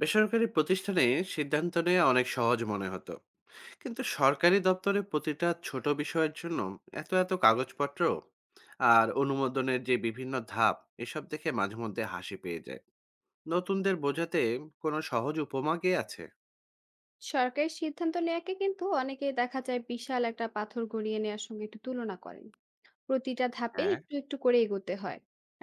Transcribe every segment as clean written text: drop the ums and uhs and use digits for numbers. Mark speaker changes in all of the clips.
Speaker 1: বেসরকারি প্রতিষ্ঠানে সিদ্ধান্ত নেওয়া অনেক সহজ মনে হতো, কিন্তু সরকারি দপ্তরে প্রতিটা ছোট বিষয়ের জন্য এত এত কাগজপত্র আর অনুমোদনের যে বিভিন্ন ধাপ, এসব দেখে মাঝে মধ্যে হাসি পেয়ে যায়। নতুনদের বোঝাতে কোনো সহজ উপমা কি আছে?
Speaker 2: সরকারের সিদ্ধান্ত নেয়াকে কিন্তু অনেকে দেখা যায় বিশাল একটা পাথর গড়িয়ে নেওয়ার সঙ্গে একটু তুলনা করেন। প্রতিটা ধাপে
Speaker 1: হ্যাঁ,
Speaker 2: একটু একটু করে এগোতে হয়।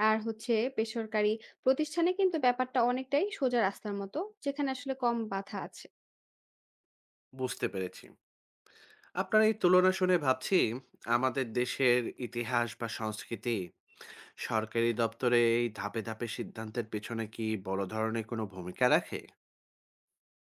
Speaker 2: আর হচ্ছে বেসরকারি প্রতিষ্ঠানে কিন্তু ব্যাপারটা অনেকটাই সোজা রাস্তার মতো, যেখানে আসলে কম বাধা আছে।
Speaker 1: বুঝতে পেরেছি। আপনার এই তুলনা শুনে ভাবছি, আমাদের দেশের ইতিহাস বা সংস্কৃতি সরকারি দপ্তরে এই ধাপে ধাপে সিদ্ধান্তের পেছনে কি বড় ধরনের কোনো ভূমিকা রাখে?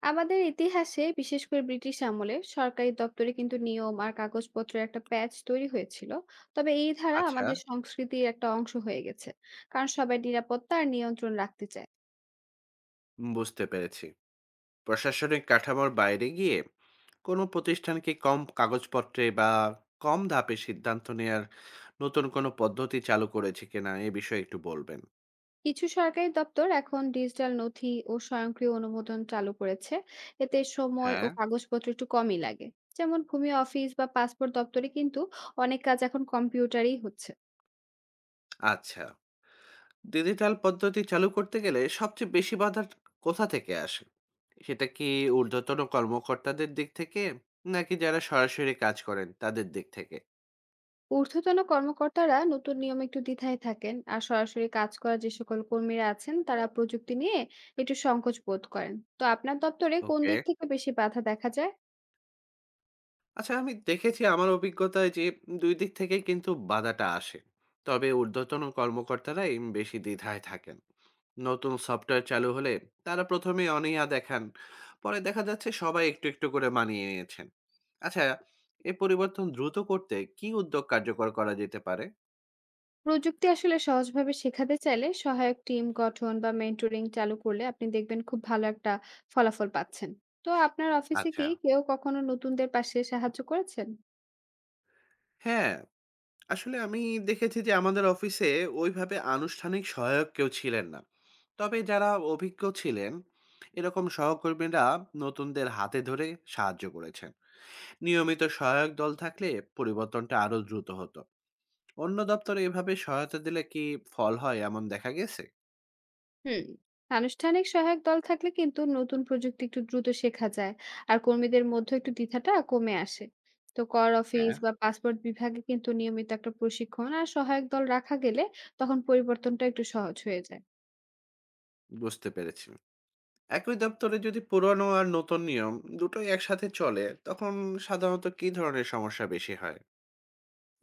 Speaker 2: আমাদের ইতিহাসে বিশেষ করে ব্রিটিশ আমলে সরকারি দপ্তরে কিন্তু নিয়ম আর কাগজপত্রের একটা প্যাচ তৈরি হয়েছিল। তবে এই ধারা
Speaker 1: আচ্ছা,
Speaker 2: আমাদের সংস্কৃতির একটা অংশ হয়ে গেছে কারণ সবাই নিরাপত্তা আর নিয়ন্ত্রণ রাখতে চায়।
Speaker 1: বুঝতে পেরেছি। প্রশাসনিক কাঠামোর বাইরে গিয়ে কোনো প্রতিষ্ঠানকে কম কাগজপত্রে বা কম ধাপে সিদ্ধান্ত নেয়ার নতুন কোনো পদ্ধতি চালু করেছে কিনা এ বিষয়ে একটু বলবেন?
Speaker 2: কিছু সরকারি দপ্তর এখন ডিজিটাল নথি ও স্বয়ংক্রিয় অনুমোদন চালু করেছে। এতে সময় ও
Speaker 1: হ্যাঁ,
Speaker 2: কাগজপত্র একটু কমই লাগে। যেমন ভূমি অফিস বা পাসপোর্ট দপ্তরে কিন্তু অনেক কাজ এখন কম্পিউটারই হচ্ছে।
Speaker 1: আচ্ছা। ডিজিটাল পদ্ধতি চালু করতে গেলে সবচেয়ে বেশি বাধা কোথা থেকে আসে? সেটা কি ঊর্ধ্বতন কর্মকর্তাদের দিক থেকে, নাকি যারা সরাসরি কাজ করেন তাদের দিক থেকে?
Speaker 2: ঊর্ধ্বতন কর্মকর্তারা নতুন নিয়ম একটু দ্বিধায় থাকেন, আর সরাসরি কাজ করা যে সকল কর্মীরা আছেন তারা প্রযুক্তি নিয়ে একটু সংকোচ বোধ করেন। তো আপনার দপ্তরে কোন
Speaker 1: ওকে,
Speaker 2: দিক থেকে বেশি বাধা দেখা যায়?
Speaker 1: আচ্ছা। আমি দেখেছি আমার অভিজ্ঞতায় যে দুই দিক থেকেই কিন্তু বাধাটা আসে। তবে ঊর্ধ্বতন কর্মকর্তারা বেশি দ্বিধায় থাকেন। নতুন সফটওয়্যার চালু হলে তারা প্রথমে অনীহা দেখান, পরে দেখা যাচ্ছে সবাই একটু একটু করে মানিয়ে নিয়েছেন। আচ্ছা, এ পরিবর্তন দ্রুত করতে কি উদ্যোগ কার্যকর করা যেতে পারে?
Speaker 2: প্রযুক্তি আসলে সহজভাবে শেখাতে চাইলে সহায়ক টিম গঠন বা মেন্টরিং চালু করলে আপনি দেখবেন খুব ভালো একটা ফলাফল পাচ্ছেন। তো আপনার অফিসে কি
Speaker 1: আচ্ছা,
Speaker 2: কেউ কখনো নতুনদের পাশে সাহায্য করেছেন?
Speaker 1: হ্যাঁ। আসলে আমি দেখেছি যে আমাদের অফিসে ওইভাবে আনুষ্ঠানিক সহায়ক কেউ ছিলেন না, তবে যারা অভিজ্ঞ ছিলেন এরকম সহকর্মীরা নতুনদের হাতে ধরে সাহায্য করেছেন। নিয়মিত সহায়ক দল থাকলে পরিবর্তনটা আরো দ্রুত হতো। অন্য দপ্তরে এভাবে সহায়তা দিলে কি ফল হয় এমন দেখা গেছে?
Speaker 2: হুম। আনুষ্ঠানিক সহায়ক দল থাকলে কিন্তু নতুন প্রযুক্তি একটু দ্রুত শেখা যায় আর কর্মীদের মধ্যে একটু দ্বিধাটা কমে আসে। তো কর অফিস
Speaker 1: হ্যাঁ,
Speaker 2: বা পাসপোর্ট বিভাগে কিন্তু নিয়মিত একটা প্রশিক্ষণ আর সহায়ক দল রাখা গেলে তখন পরিবর্তনটা একটু সহজ হয়ে যায়।
Speaker 1: বুঝতে পেরেছি। একই দপ্তরে যদি পুরনো আর নতুন নিয়ম দুটোই একসাথে চলে তখন সাধারণত কি ধরনের সমস্যা বেশি হয়?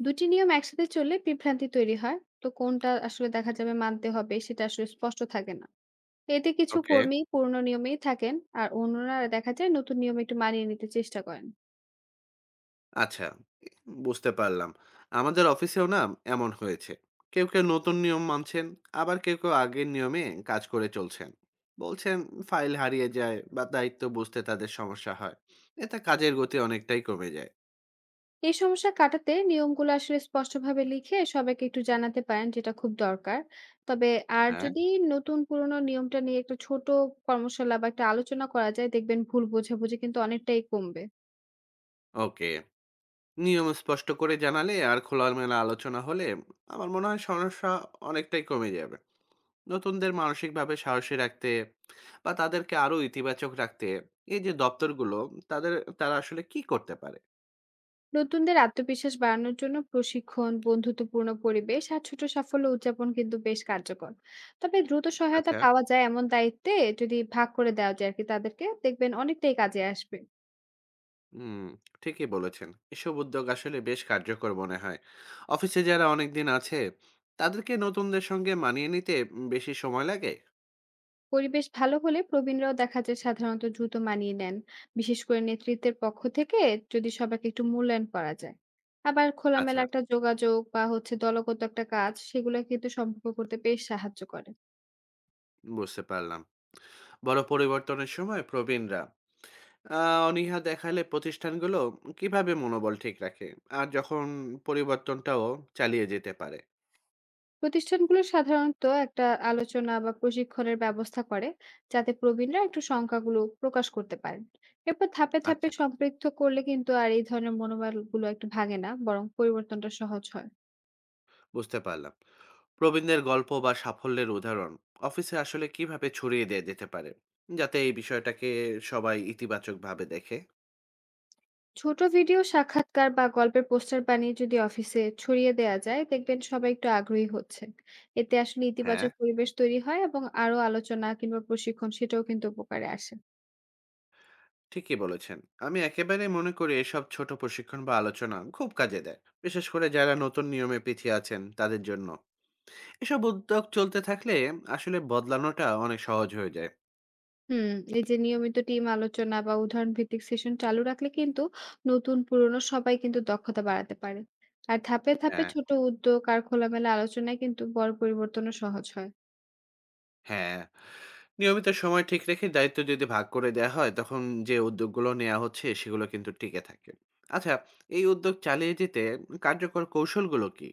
Speaker 2: দুটি নিয়ম একসাথে চললে বিভ্রান্তি তৈরি হয়, তো কোনটা আসলে দেখা যাবে মানতে হবে সেটা আসলে স্পষ্ট থাকে না। এতে কিছু
Speaker 1: ওকে,
Speaker 2: কর্মী পুরনো নিয়মেই থাকেন আর অন্যরা দেখা যায় নতুন নিয়ম একটু মানিয়ে নিতে চেষ্টা করেন।
Speaker 1: আচ্ছা, বুঝতে পারলাম। আমাদের অফিসেও না এমন হয়েছে। কেউ, কেউ নতুন নিয়ম মানছেন, আবার কেউ, কেউ আগের নিয়মে কাজ করে চলছেন। বলছেন ফাইল হারিয়ে যায় বা দায়িত্ব বুঝতে তাদের সমস্যা হয়। এতে কাজের গতি অনেকটাই কমে যায়।
Speaker 2: এই সমস্যা কাটাতে নিয়মগুলো আসলে স্পষ্টভাবে লিখে সবাইকে একটু জানাতে পারেন, যেটা খুব দরকার। তবে আর
Speaker 1: হ্যাঁ,
Speaker 2: যদি নতুন পুরনো নিয়মটা নিয়ে একটা ছোট কর্মশালা বা একটা আলোচনা করা যায়, দেখবেন ভুল বোঝাবুঝি কিন্তু অনেকটাই কমবে।
Speaker 1: ওকে। নিয়ম স্পষ্ট করে জানালে আর খোলামেলা আলোচনা হলে আমার মনে হয় সমস্যা অনেকটাই কমে যাবে। নতুনদের মানসিকভাবে সাহসী রাখতে বা তাদেরকে আরো ইতিবাচক রাখতে এই যে দপ্তরগুলো, তাদের, তারা আসলে কি করতে পারে?
Speaker 2: নতুনদের আত্মবিশ্বাস বাড়ানোর জন্য প্রশিক্ষণ, বন্ধুত্বপূর্ণ পরিবেশ আর ছোট সাফল্য উদযাপন কিন্তু বেশ কার্যকর। তবে দ্রুত সহায়তা
Speaker 1: আচ্ছা,
Speaker 2: পাওয়া যায় এমন দায়িত্বে যদি ভাগ করে দেওয়া যায় আর কি তাদেরকে, দেখবেন অনেকটাই কাজে আসবে।
Speaker 1: হুম, ঠিকই বলেছেন। এসব উদ্যোগ আসলে বেশ কার্যকর মনে হয়। অফিসে যারা অনেকদিন আছে, তাদেরকে নতুনদের সঙ্গে মানিয়ে নিতে বেশি সময় লাগে?
Speaker 2: পরিবেশ ভালো হলে প্রবীণরাও দেখা যায় সাধারণত দ্রুত মানিয়ে নেন। বিশেষ করে নেতৃত্বের পক্ষ থেকে যদি সবাইকে একটু মূল্যায়ন করা যায়, আবার খোলামেলা
Speaker 1: আচ্ছা,
Speaker 2: একটা যোগাযোগ বা হচ্ছে দলগত একটা কাজ, সেগুলো কিন্তু সম্পর্ক করতে বেশ সাহায্য করে।
Speaker 1: বুঝতে পারলাম। বড় পরিবর্তনের সময় প্রবীণরা আ অনীহা দেখালে প্রতিষ্ঠানগুলো কিভাবে মনোবল ঠিক রাখে? আর যখন পরিবর্তনটাও চালিয়ে যেতে পারে?
Speaker 2: প্রতিষ্ঠানগুলো সাধারণত একটা আলোচনা বা প্রশিক্ষণের ব্যবস্থা করে যাতে প্রবীণরা একটু সংখ্যাগুলো প্রকাশ করতে পারেন। এরপর ধাপে ধাপে
Speaker 1: আচ্ছা,
Speaker 2: সম্পৃক্ত করলে কিন্তু আর এই ধরনের মনোবলগুলো একটু ভাঙে না, বরং পরিবর্তনটা সহজ হয়।
Speaker 1: বুঝতে পারলাম। প্রবীণদের গল্প বা সাফল্যের উদাহরণ অফিসে আসলে কিভাবে ছড়িয়ে দেয়া যেতে পারে, যাতে এই বিষয়টাকে সবাই ইতিবাচকভাবে দেখে?
Speaker 2: ছোট ভিডিও সাক্ষাৎকার বা গল্পের পোস্টার বানিয়ে যদি অফিসে ছড়িয়ে দেওয়া যায়, দেখবেন সবাই একটু আগ্রহী হচ্ছে। এতে আসলে
Speaker 1: হ্যাঁ,
Speaker 2: ইতিবাচক পরিবেশ তৈরি হয় এবং আরো আলোচনা কিংবা প্রশিক্ষণ সেটাও কিন্তু উপকারে আসে।
Speaker 1: ঠিকই বলেছেন। আমি একেবারে মনে করি এসব ছোট প্রশিক্ষণ বা আলোচনা খুব কাজে দেয়, বিশেষ করে যারা নতুন নিয়মে পিছিয়ে আছেন তাদের জন্য। এসব উদ্যোগ চলতে থাকলে আসলে বদলানোটা অনেক সহজ হয়ে যায়।
Speaker 2: হুম। এই যে নিয়মিত টিম আলোচনা বা উদাহরণ ভিত্তিক সেশন চালু রাখলে কিন্তু নতুন পুরনো সবাই কিন্তু দক্ষতা বাড়াতে পারে। আর ধাপে ধাপে
Speaker 1: হ্যাঁ,
Speaker 2: ছোট উদ্যোগ আর খোলামেলা আলোচনায় কিন্তু বড় পরিবর্তনও সহজ হয়।
Speaker 1: হ্যাঁ, নিয়মিত সময় ঠিক রেখে দায়িত্ব যদি ভাগ করে দেওয়া হয় তখন যে উদ্যোগগুলো নেওয়া হচ্ছে সেগুলো কিন্তু টিকে থাকে। আচ্ছা, এই উদ্যোগ চালিয়ে যেতে কার্যকর কৌশলগুলো কি?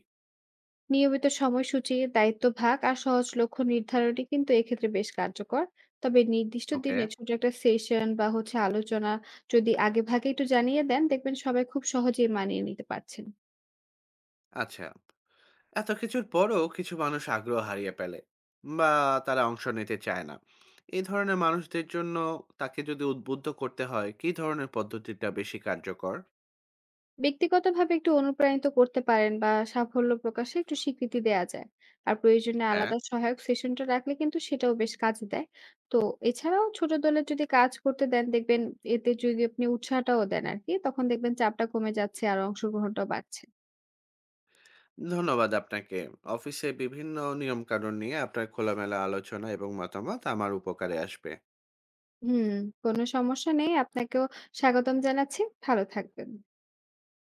Speaker 2: নিয়মিত সময়সূচি, দায়িত্ব ভাগ আর সহজ লক্ষ্য নির্ধারণটি কিন্তু এক্ষেত্রে বেশ কার্যকর। তবে নির্দিষ্ট
Speaker 1: ওকে,
Speaker 2: দিনে ছোট একটা সেশন বা হচ্ছে আলোচনা যদি আগে ভাগে একটু জানিয়ে দেন, দেখবেন সবাই খুব সহজেই মানিয়ে নিতে পারছেন।
Speaker 1: আচ্ছা। এত কিছুর পরও কিছু মানুষ আগ্রহ হারিয়ে ফেলে, বা তারা অংশ নিতে চায় না। এই ধরনের মানুষদের জন্য, তাকে যদি উদ্বুদ্ধ করতে হয় কি ধরনের পদ্ধতিটা বেশি কার্যকর?
Speaker 2: ব্যক্তিগতভাবে একটু অনুপ্রাণিত করতে পারেন বা সাফল্য প্রকাশে একটু স্বীকৃতি দেয়া যায়। আর প্রয়োজনে
Speaker 1: হ্যাঁ,
Speaker 2: আলাদা সহায়ক সেশনটা রাখলে কিন্তু সেটাও বেশ কাজে দেয়। তো এছাড়াও ছোট দলে যদি কাজ করতে দেন, দেখবেন এতে যদি আপনি উৎসাহটাও দেন আরকি, তখন দেখবেন চাপটা কমে যাচ্ছে আর অংশগ্রহণটাও বাড়ছে।
Speaker 1: ধন্যবাদ আপনাকে। অফিসে বিভিন্ন নিয়মকানুন নিয়ে আপনার খোলামেলা আলোচনা এবং মতামত আমার উপকারে আসবে।
Speaker 2: হুম, কোনো সমস্যা নেই। আপনাকেও স্বাগতম জানাচ্ছি। ভালো থাকবেন।